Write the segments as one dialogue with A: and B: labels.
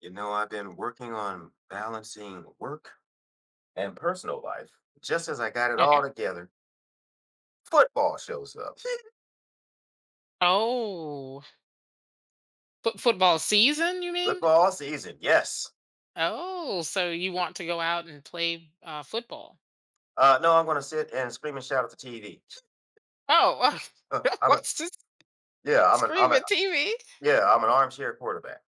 A: You know, I've been working on balancing work and personal life. Just as I got it all
B: Okay.
A: together, football shows up.
B: Oh, football season, you mean?
A: football season, yes.
B: Oh, so you want to go out and play football?
A: No, I'm going to sit and scream and shout at the TV.
B: Oh,
A: I'm a,
B: what's this
A: yeah, I'm an, I'm
B: scream
A: a,
B: at TV?
A: yeah, I'm an armchair quarterback.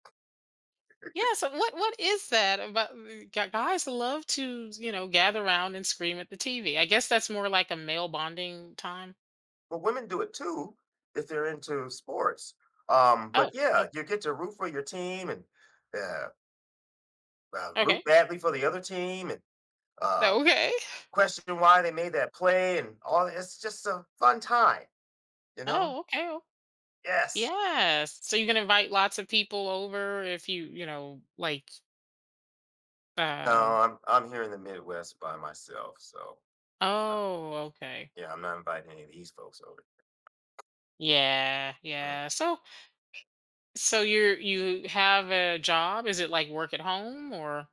B: Yeah. So what is that about? Guys love to gather around and scream at the TV. I guess that's more like a male bonding time.
A: But women do it too if they're into sports. Um, but
B: Oh, oh,
A: yeah, you get to root for your team and uh, root
B: okay.
A: badly for the other team and uh,
B: Okay.
A: question why they made that play and all. It's just a fun time, you know.
B: Oh, okay, oh,
A: Yes.
B: yes. So you can invite lots of people over if you know like
A: No,
B: uh
A: I'm here in the Midwest by myself, so uh,
B: oh, okay.
A: yeah, I'm not inviting any of these folks over.
B: Yeah,
A: Mm.
B: yeah. So you're you have a job? Is it like work at home or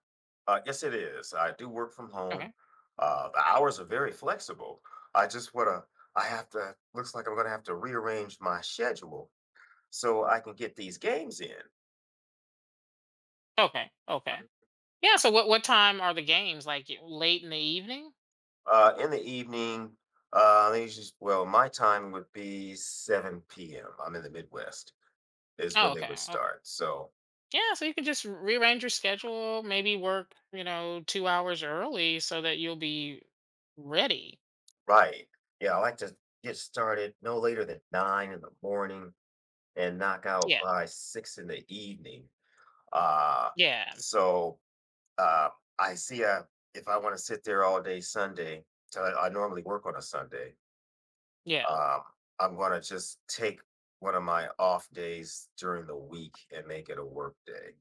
A: Yes, it is. I do work from home.
B: okay,
A: The hours are very flexible. I just wanna. I have to. Looks like I'm gonna have to rearrange my schedule so I can get these games in.
B: okay, okay?
A: Mm.
B: Yeah. So what time are the games? Like late in the evening?
A: In the evening, they usually, my time would be 7 p.m. I'm in the Midwest is
B: Oh,
A: when they
B: okay,
A: would
B: okay.
A: start. So
B: Yeah. So you can just rearrange your schedule. Maybe work, you know, 2 hours early so that you'll be ready.
A: right. Yeah, I like to get started no later than 9 in the morning and knock out
B: Yeah,
A: by 6 in the evening. Uh,
B: yeah,
A: so uh, I see If I want to sit there all day Sunday, so I normally work on a Sunday,
B: yeah.
A: um, I'm going to just take one of my off days during the week and make it a work day.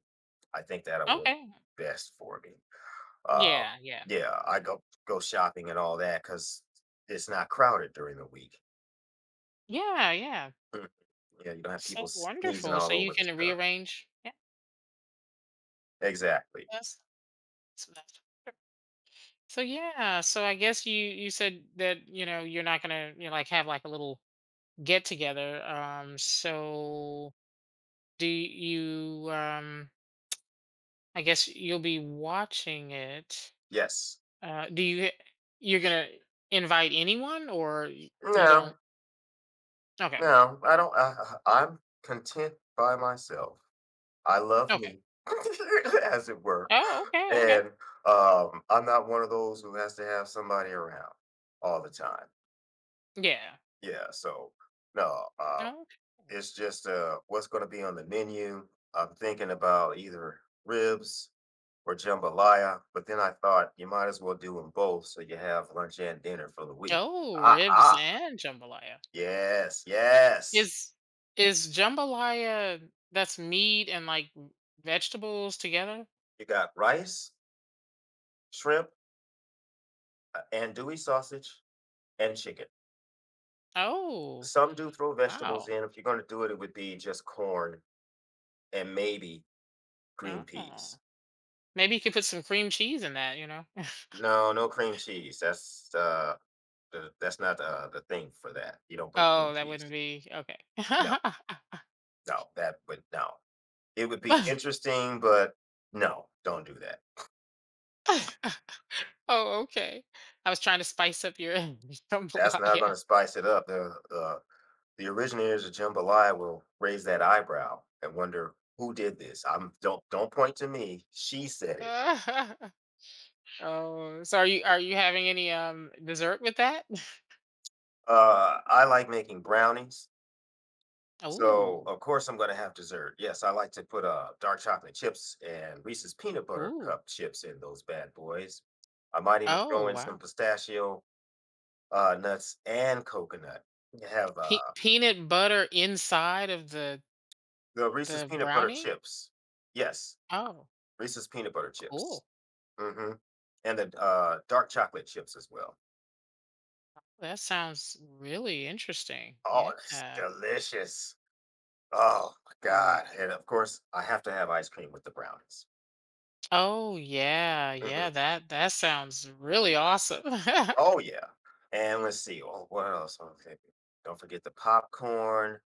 A: I think that'll work
B: Okay.
A: best for me. Um,
B: Yeah, yeah,
A: yeah, I go shopping and all that because it's not crowded during the week.
B: yeah, yeah.
A: Mhm. Yeah, you don't have people
B: So
A: sneezing
B: wonderful. So
A: all
B: you
A: over the
B: can
A: stuff.
B: rearrange. Yeah.
A: Exactly.
B: That's, that's So yeah, so I guess you said that you're not gonna, like have like a little get together. So do you? I guess you'll be watching it.
A: Yes.
B: Do you? You're gonna invite anyone, or you don't?
A: No,
B: Okay,
A: no, I don't. I'm content by myself. I love
B: okay.
A: me, as it were,
B: Oh, okay, okay.
A: and I'm not one of those who has to have somebody around all the time.
B: Yeah.
A: Yeah. So no.
B: Oh,
A: It's just what's going to be on the menu. I'm thinking about either ribs or jambalaya, but then I thought you might as well do them both so you have lunch and dinner for the week.
B: oh,
A: Ah,
B: ribs
A: ah,
B: and jambalaya.
A: yes, yes.
B: Is is jambalaya? That's meat and like vegetables together.
A: You got rice, shrimp, andouille sausage, and chicken.
B: Oh.
A: Some do throw vegetables
B: Oh.
A: in. If you're going to do it, it would be just corn and maybe green
B: Oh.
A: peas.
B: Maybe you could put some cream cheese in that?
A: No, no cream cheese. That's that's not the thing for that. You don't put cream
B: Oh, that wouldn't
A: cheese.
B: be
A: No.
B: okay.
A: No, that would no. It would be interesting, but no, don't do that.
B: Oh, okay. I was trying to spice up your
A: That's not
B: jambalaya.
A: gonna spice it up. The originators of jambalaya will raise that eyebrow and wonder who did this. I'm don't point to me. She said it.
B: Oh, so are you having any dessert with that?
A: I like making brownies, so
B: Ooh.
A: of course I'm gonna have dessert. Yes, I like to put dark chocolate chips and Reese's peanut butter
B: Ooh.
A: cup chips in those bad boys. I might even
B: Oh,
A: throw in some
B: wow.
A: pistachio nuts and coconut. You have
B: Peanut butter inside of
A: the Reese's
B: the
A: peanut butter
B: brownie?
A: chips. Yes,
B: Oh,
A: Reese's peanut butter chips.
B: cool.
A: Mhm, and the dark chocolate chips as well.
B: That sounds really interesting.
A: Oh,
B: Yeah.
A: it's delicious. Oh my
B: Oh.
A: god, and of course, I have to have ice cream with the brownies.
B: Oh yeah,
A: Mhm.
B: yeah, that that sounds really awesome.
A: Oh, yeah, and let's see, oh, what else? Okay, don't forget the popcorn,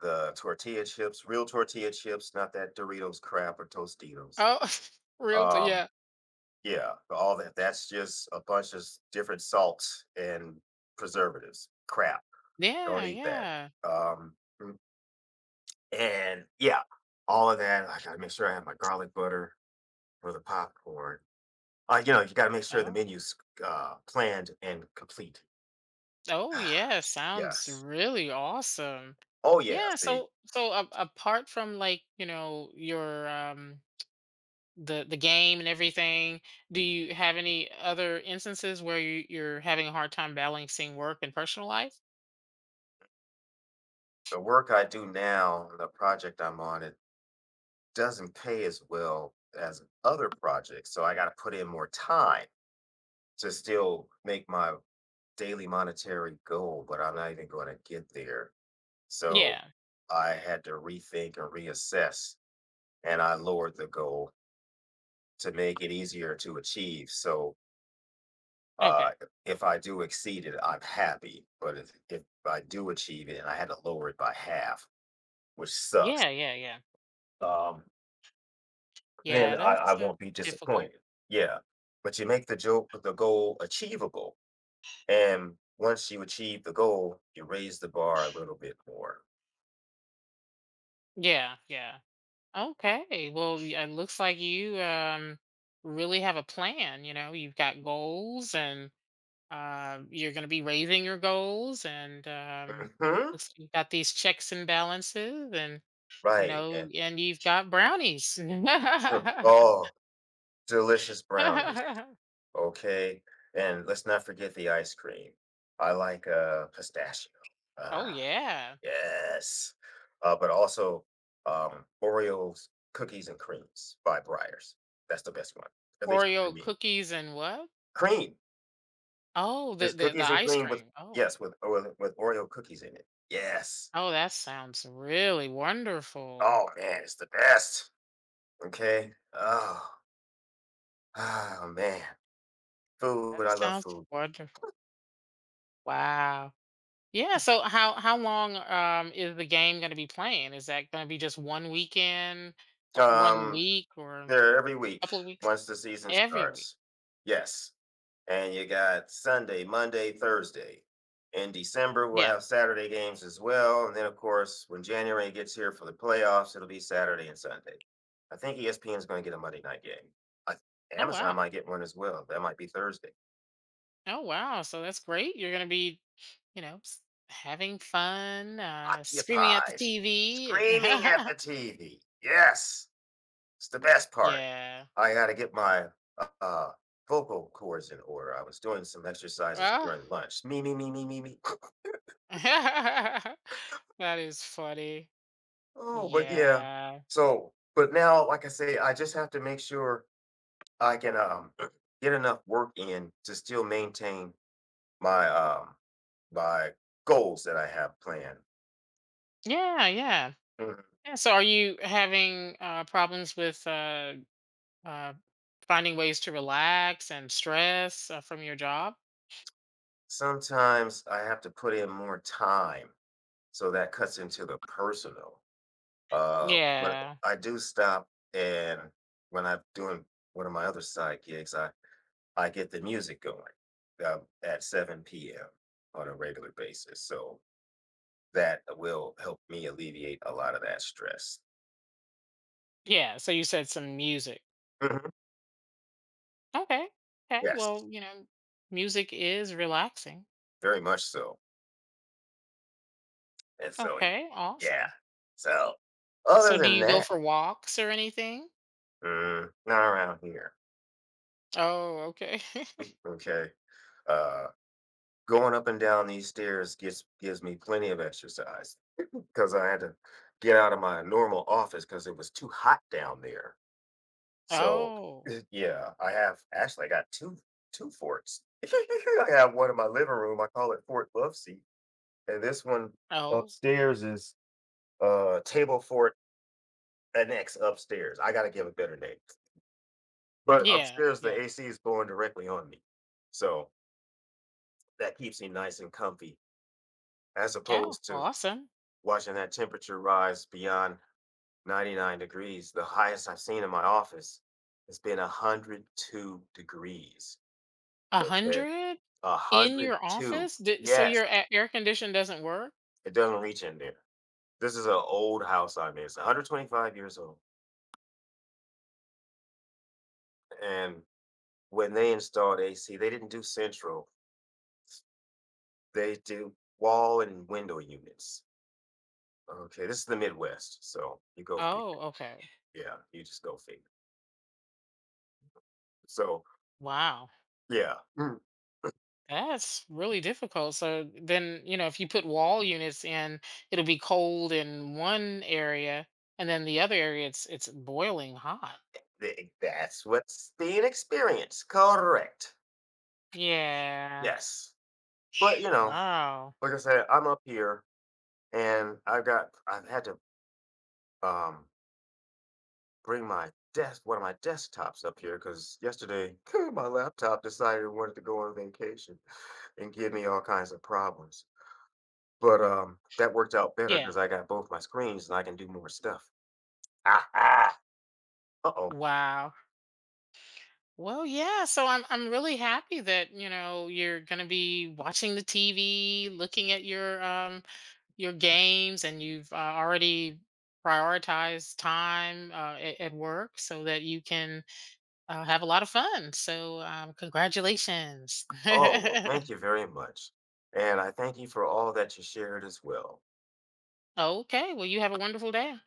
A: the tortilla chips, real tortilla chips, not that Doritos crap or Tostitos.
B: Oh, real t
A: Um
B: yeah.
A: Yeah, all that. That's just a bunch of different salts and preservatives. Crap. Don't
B: Yeah,
A: eat that.
B: yeah.
A: Um, mm, and yeah, all of that. I gotta make sure I have my garlic butter for the popcorn. You know, you gotta make sure the
B: Oh.
A: menu's planned and complete.
B: Oh yeah, sounds
A: yes.
B: really awesome.
A: Oh yeah.
B: Yeah,
A: See,
B: so so a apart from, like, you know, your the game and everything, do you have any other instances where you're having a hard time balancing work and personal life?
A: the work I do now, the project I'm on, it doesn't pay as well as other projects, so I gotta put in more time to still make my daily monetary goal, but I'm not even going to get there. So
B: Yeah.
A: I had to rethink and reassess, and I lowered the goal to make it easier to achieve. So uh,
B: Okay.
A: if I do exceed it, I'm happy. But if I do achieve it and I had to lower it by half, which sucks,
B: Yeah, yeah, yeah.
A: um, then
B: Yeah,
A: I
B: that's
A: won't be
B: difficult.
A: disappointed. Yeah. But you make the joke, the goal achievable. And once you achieve the goal, you raise the bar a little bit more.
B: Yeah, yeah. Okay. Well, it looks like you really have a plan, you know. You've got goals and you're going to be raising your goals and
A: Hmm.
B: looks like you've got these checks and balances and you
A: Right,
B: know,
A: and
B: and you've got brownies.
A: r oh, delicious brownies, okay? And let's not forget the ice cream. I like, pistachio.
B: Oh
A: Ah,
B: yeah.
A: yes. But also Oreos, Cookies and Creams by Breyers. That's the best one, at least for
B: Oreo
A: me.
B: cookies and what?
A: Cream!
B: Oh,
A: Is
B: the
A: cookies and
B: ice
A: cream with
B: cream. Oh.
A: yes, with Oreo cookies in it. Yes.
B: Oh, that sounds really wonderful.
A: Oh, man, it's the best, okay? Oh, oh, man. Food,
B: That
A: I love
B: sounds
A: food.
B: wonderful. Wow. Yeah, so how long is the game going to be playing? Is that going to be just one weekend or one
A: Um
B: week or a
A: They're every week
B: couple of weeks?
A: once the season
B: Every week.
A: starts. Yes, and you got Sunday, Monday, Thursday. In December, we'll
B: Yeah.
A: have Saturday games as well, and then, of course, when January gets here for the playoffs, it'll be Saturday and Sunday. I think ESPN is gonna get a Monday night game. I
B: Oh
A: Amazon
B: wow.
A: might get one as well, that might be Thursday.
B: Oh wow. So that's great. You're going to be, you know, having fun, screaming at the
A: Occupied,
B: TV.
A: screaming at
B: and-
A: the TV, yes. It's the best part.
B: yeah.
A: I gotta get my, uh, uh, vocal cords in order. I was doing some exercises
B: Well,
A: during lunch. Me, me, me, me, me, me.
B: that is funny.
A: Oh, but yeah.
B: Yeah.
A: So, but now, like I say, I just have to make sure I can, get enough work in to still maintain my, um, my goals that I have planned.
B: Yeah, yeah.
A: Mhm.
B: Yeah, so are you having problems with Uh, finding ways to relax and stress from your job?
A: Sometimes I have to put in more time, so that cuts into the personal. But
B: Yeah.
A: I do stop and when I'm doing one of my other side gigs, I get the music going at 7 p.m. on a regular basis. So that will help me alleviate a lot of that stress.
B: Yeah. So you said some music.
A: Mhm.
B: Okay. Okay.
A: Yes,
B: Well, you know, music is relaxing.
A: very much so. And so,
B: Okay.
A: yeah.
B: Awesome.
A: So other
B: So do
A: than
B: you go
A: that,
B: for walks or anything?
A: mm, not around here.
B: Oh, okay.
A: Okay. Uh, going up and down these stairs gives me plenty of exercise because I had to get out of my normal office because it was too hot down there. So
B: oh.
A: yeah, I have actually I got two forts. I have one in my living room. I call it Fort Loveseat, and this one
B: Oh.
A: upstairs is table fort annex upstairs. I got to give a better name, but
B: Yeah.
A: upstairs the
B: Yeah.
A: AC is blowing directly on me, so that keeps me nice and comfy as
B: Oh,
A: opposed to
B: awesome.
A: watching that temperature rise beyond 99 degrees. The highest I've seen in my office has been 102 degrees.
B: A
A: Okay.
B: hundred in your
A: 102.
B: office? Did, so
A: Yes.
B: your a- air condition doesn't work?
A: It doesn't reach in there. This is an old house I'm in. It's 125 years old. And when they installed AC, they didn't do central, they do wall and window units. Okay. This is the Midwest. So you go figure.
B: Oh, okay.
A: Yeah. You just go figure. So,
B: Wow.
A: yeah.
B: That's really difficult. So then, you know, if you put wall units in, it'll be cold in one area, and then the other area it's boiling hot.
A: Th that's what's being experienced, correct.
B: Yeah.
A: Yes. But, you know,
B: Wow.
A: like I said, I'm up here and I've had to, um, bring my desk one of my desktops up here because yesterday, my laptop decided it wanted to go on vacation and give me all kinds of problems. But, that worked out better
B: Yeah.
A: because I got both my screens and I can do more stuff. Ah, ah. Uh-oh.
B: Wow. Well, yeah. So I'm really happy that, you know, you're gonna be watching the TV, looking at your games, and you've already prioritized time at work so that you can I'll have a lot of fun. So, congratulations.
A: Oh, well,
B: okay.
A: thank you very much, and I thank you for all that you shared as well.
B: Well, you have a wonderful day.